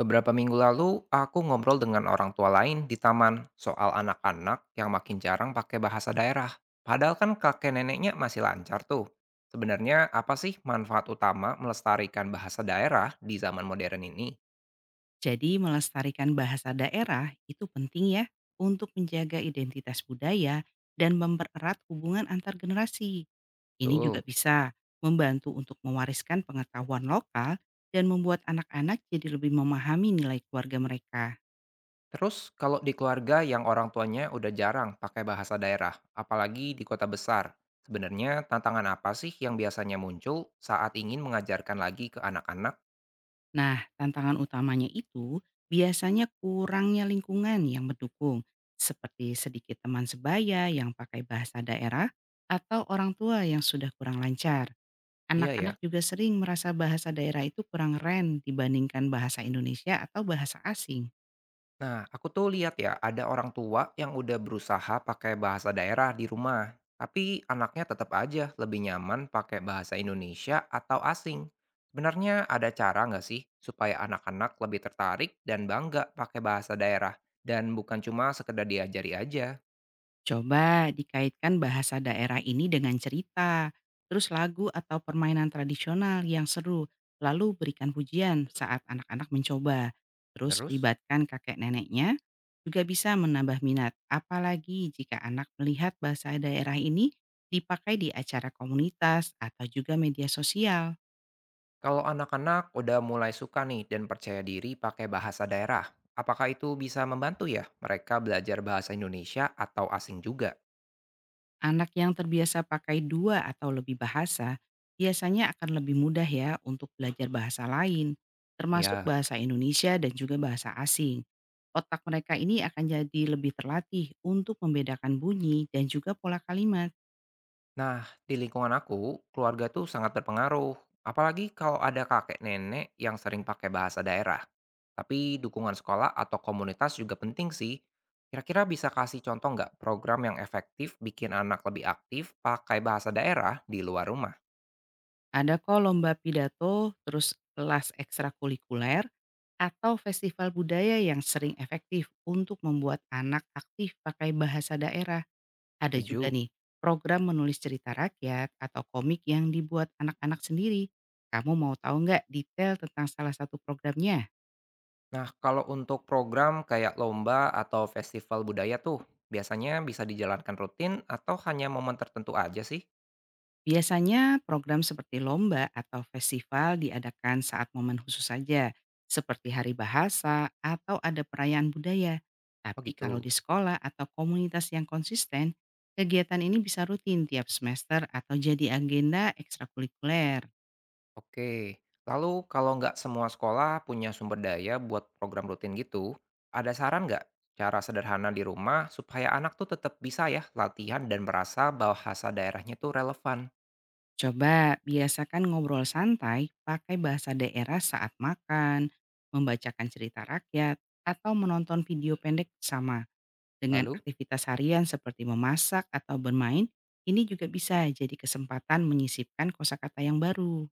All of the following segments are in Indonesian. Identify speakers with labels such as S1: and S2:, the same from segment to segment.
S1: Beberapa minggu lalu, aku ngobrol dengan orang tua lain di taman soal anak-anak yang makin jarang pakai bahasa daerah. Padahal kan kakek neneknya masih lancar tuh. Sebenarnya apa sih manfaat utama melestarikan bahasa daerah di zaman modern ini?
S2: Jadi melestarikan bahasa daerah itu penting ya untuk menjaga identitas budaya dan mempererat hubungan antar generasi. Ini juga
S1: Tuh.
S2: bisa membantu untuk mewariskan pengetahuan lokal dan membuat anak-anak jadi lebih memahami nilai keluarga mereka.
S1: Terus kalau di keluarga yang orang tuanya udah jarang pakai bahasa daerah, apalagi di kota besar, sebenarnya tantangan apa sih yang biasanya muncul saat ingin mengajarkan lagi ke anak-anak?
S2: Nah, tantangan utamanya itu biasanya kurangnya lingkungan yang mendukung, seperti sedikit teman sebaya yang pakai bahasa daerah atau orang tua yang sudah kurang lancar.
S1: Iya ya.
S2: Anak-anak juga sering merasa bahasa daerah itu kurang keren dibandingkan bahasa Indonesia atau bahasa asing.
S1: Nah, aku tuh lihat ya, ada orang tua yang udah berusaha pakai bahasa daerah di rumah, tapi anaknya tetap aja lebih nyaman pakai bahasa Indonesia atau asing. Sebenarnya ada cara nggak sih supaya anak-anak lebih tertarik dan bangga pakai bahasa daerah dan bukan cuma sekedar diajari aja.
S2: Coba dikaitkan bahasa daerah ini dengan cerita, terus lagu atau permainan tradisional yang seru, lalu berikan pujian saat anak-anak mencoba. Terus
S1: Terus,
S2: libatkan kakek neneknya, juga bisa menambah minat, apalagi jika anak melihat bahasa daerah ini dipakai di acara komunitas atau juga media sosial.
S1: kalau anak-anak udah mulai suka nih dan percaya diri pakai bahasa daerah, apakah itu bisa membantu ya mereka belajar bahasa Indonesia atau asing juga?
S2: Anak yang terbiasa pakai dua atau lebih bahasa biasanya akan lebih mudah ya untuk belajar bahasa lain, termasuk
S1: Ya.
S2: bahasa Indonesia dan juga bahasa asing. Otak mereka ini akan jadi lebih terlatih untuk membedakan bunyi dan juga pola kalimat.
S1: Nah, di lingkungan aku, keluarga tuh sangat berpengaruh. Apalagi kalau ada kakek nenek yang sering pakai bahasa daerah. Tapi dukungan sekolah atau komunitas juga penting sih. Kira-kira bisa kasih contoh nggak program yang efektif bikin anak lebih aktif pakai bahasa daerah di luar rumah?
S2: Ada kok lomba pidato, terus kelas ekstrakurikuler, atau festival budaya yang sering efektif untuk membuat anak aktif pakai bahasa daerah. Ada juga
S1: Tujuh.
S2: nih, program menulis cerita rakyat atau komik yang dibuat anak-anak sendiri. Kamu mau tahu nggak detail tentang salah satu programnya?
S1: Nah, kalau untuk program kayak lomba atau festival budaya tuh, biasanya bisa dijalankan rutin atau hanya momen tertentu aja sih?
S2: Biasanya program seperti lomba atau festival diadakan saat momen khusus saja, seperti hari bahasa atau ada perayaan budaya.
S1: Oh
S2: Tapi kalau di
S1: gitu.
S2: sekolah atau komunitas yang konsisten, kegiatan ini bisa rutin tiap semester atau jadi agenda ekstrakurikuler.
S1: Oke, lalu kalau nggak semua sekolah punya sumber daya buat program rutin gitu, ada saran nggak cara sederhana di rumah supaya anak tuh tetap bisa ya latihan dan merasa bahasa daerahnya tuh relevan?
S2: Coba biasakan ngobrol santai pakai bahasa daerah saat makan, membacakan cerita rakyat, atau menonton video pendek bersama. Dengan
S1: Lalu,
S2: aktivitas harian seperti memasak atau bermain, ini juga bisa jadi kesempatan menyisipkan kosakata yang baru.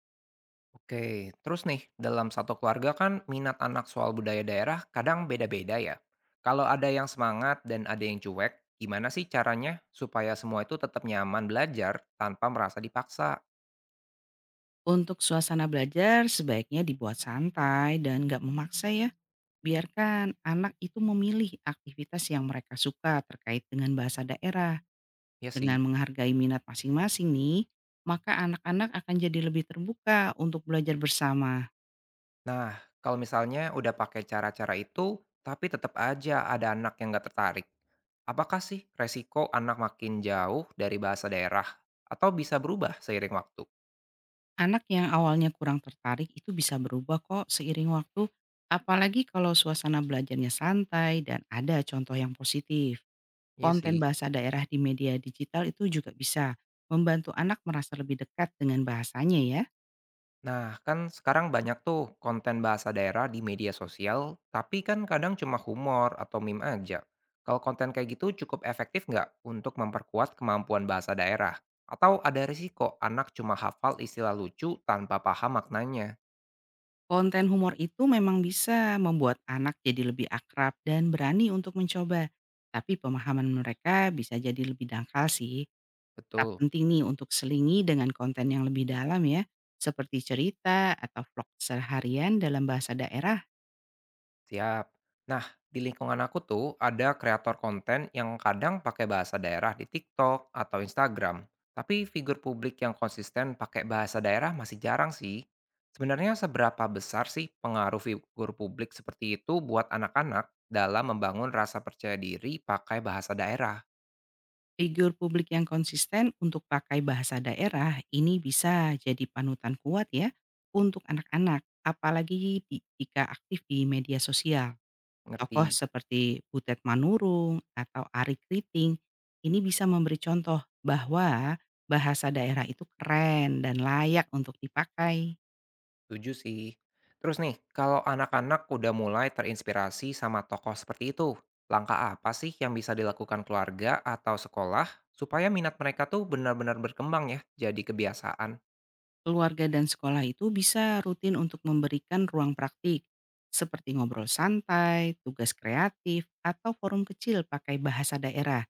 S1: Oke, terus nih, dalam satu keluarga kan minat anak soal budaya daerah kadang beda-beda ya. Kalau ada yang semangat dan ada yang cuek, gimana sih caranya supaya semua itu tetap nyaman belajar tanpa merasa dipaksa?
S2: Untuk suasana belajar sebaiknya dibuat santai dan nggak memaksa ya. Biarkan anak itu memilih aktivitas yang mereka suka terkait dengan bahasa daerah.
S1: Ya sih.
S2: Dengan menghargai minat masing-masing nih, maka anak-anak akan jadi lebih terbuka untuk belajar bersama.
S1: Nah, kalau misalnya udah pakai cara-cara itu, tapi tetap aja ada anak yang nggak tertarik. Apakah sih resiko anak makin jauh dari bahasa daerah? Atau bisa berubah seiring waktu?
S2: Anak yang awalnya kurang tertarik itu bisa berubah kok seiring waktu, apalagi kalau suasana belajarnya santai dan ada contoh yang positif.
S1: Iya
S2: Konten
S1: sih.
S2: bahasa daerah di media digital itu juga bisa membantu anak merasa lebih dekat dengan bahasanya ya.
S1: Nah, kan sekarang banyak tuh konten bahasa daerah di media sosial, tapi kan kadang cuma humor atau meme aja. Kalau konten kayak gitu cukup efektif nggak untuk memperkuat kemampuan bahasa daerah? Atau ada risiko anak cuma hafal istilah lucu tanpa paham maknanya?
S2: Konten humor itu memang bisa membuat anak jadi lebih akrab dan berani untuk mencoba. Tapi pemahaman mereka bisa jadi lebih dangkal sih. Tak
S1: Betul.
S2: penting nih untuk selingi dengan konten yang lebih dalam ya, seperti cerita atau vlog seharian dalam bahasa daerah.
S1: Siap. Nah, di lingkungan aku tuh ada kreator konten yang kadang pakai bahasa daerah di TikTok atau Instagram. Tapi figur publik yang konsisten pakai bahasa daerah masih jarang sih. Sebenarnya seberapa besar sih pengaruh figur publik seperti itu buat anak-anak dalam membangun rasa percaya diri pakai bahasa daerah?
S2: Figur publik yang konsisten untuk pakai bahasa daerah ini bisa jadi panutan kuat ya untuk anak-anak, apalagi jika aktif di media sosial.
S1: Ngerti?
S2: Tokoh seperti Butet Manurung atau Ari Kriting ini bisa memberi contoh bahwa bahasa daerah itu keren dan layak untuk dipakai.
S1: Setuju sih. Terus nih, kalau anak-anak udah mulai terinspirasi sama tokoh seperti itu, langkah apa sih yang bisa dilakukan keluarga atau sekolah supaya minat mereka tuh benar-benar berkembang ya, jadi kebiasaan?
S2: Keluarga dan sekolah itu bisa rutin untuk memberikan ruang praktik, seperti ngobrol santai, tugas kreatif, atau forum kecil pakai bahasa daerah.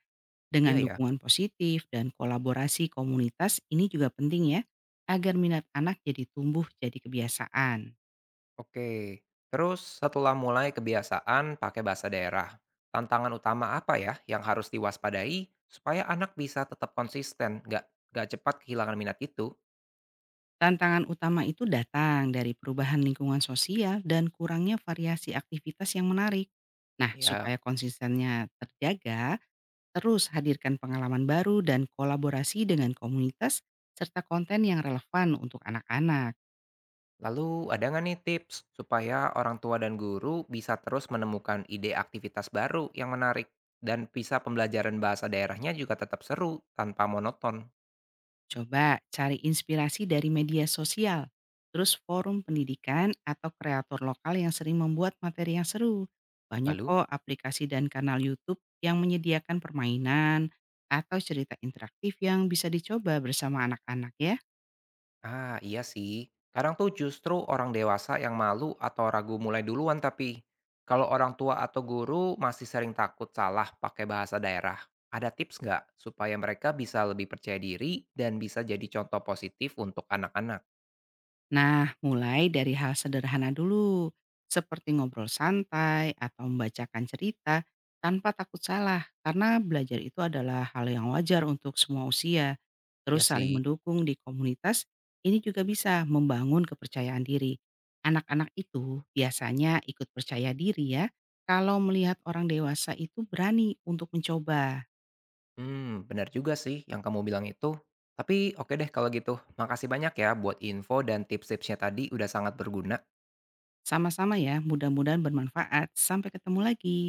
S1: Iya
S2: Dengan
S1: ya.
S2: dukungan positif dan kolaborasi komunitas ini juga penting ya, agar minat anak jadi tumbuh jadi kebiasaan.
S1: Oke. Terus setelah mulai kebiasaan pakai bahasa daerah, tantangan utama apa ya yang harus diwaspadai supaya anak bisa tetap konsisten, nggak cepat kehilangan minat itu?
S2: Tantangan utama itu datang dari perubahan lingkungan sosial dan kurangnya variasi aktivitas yang menarik. Nah,
S1: Ya.
S2: supaya konsistennya terjaga, terus hadirkan pengalaman baru dan kolaborasi dengan komunitas serta konten yang relevan untuk anak-anak.
S1: Lalu ada nggak nih tips supaya orang tua dan guru bisa terus menemukan ide aktivitas baru yang menarik dan bisa pembelajaran bahasa daerahnya juga tetap seru tanpa monoton?
S2: Coba cari inspirasi dari media sosial, terus forum pendidikan atau kreator lokal yang sering membuat materi yang seru. Banyak
S1: Lalu?
S2: kok aplikasi dan kanal YouTube yang menyediakan permainan atau cerita interaktif yang bisa dicoba bersama anak-anak ya.
S1: Ah iya sih, kadang tuh justru orang dewasa yang malu atau ragu mulai duluan tapi kalau orang tua atau guru masih sering takut salah pakai bahasa daerah, ada tips nggak supaya mereka bisa lebih percaya diri dan bisa jadi contoh positif untuk anak-anak?
S2: Nah, mulai dari hal sederhana dulu, seperti ngobrol santai atau membacakan cerita tanpa takut salah, karena belajar itu adalah hal yang wajar untuk semua usia.
S1: Ya
S2: Terus saling
S1: sih.
S2: mendukung di komunitas, ini juga bisa membangun kepercayaan diri. Anak-anak itu biasanya ikut percaya diri ya, kalau melihat orang dewasa itu berani untuk mencoba.
S1: Hmm, benar juga sih yang kamu bilang itu. Tapi oke deh kalau gitu. Makasih banyak ya buat info dan tips-tipsnya tadi udah sangat berguna.
S2: Sama-sama ya, mudah-mudahan bermanfaat. Sampai ketemu lagi.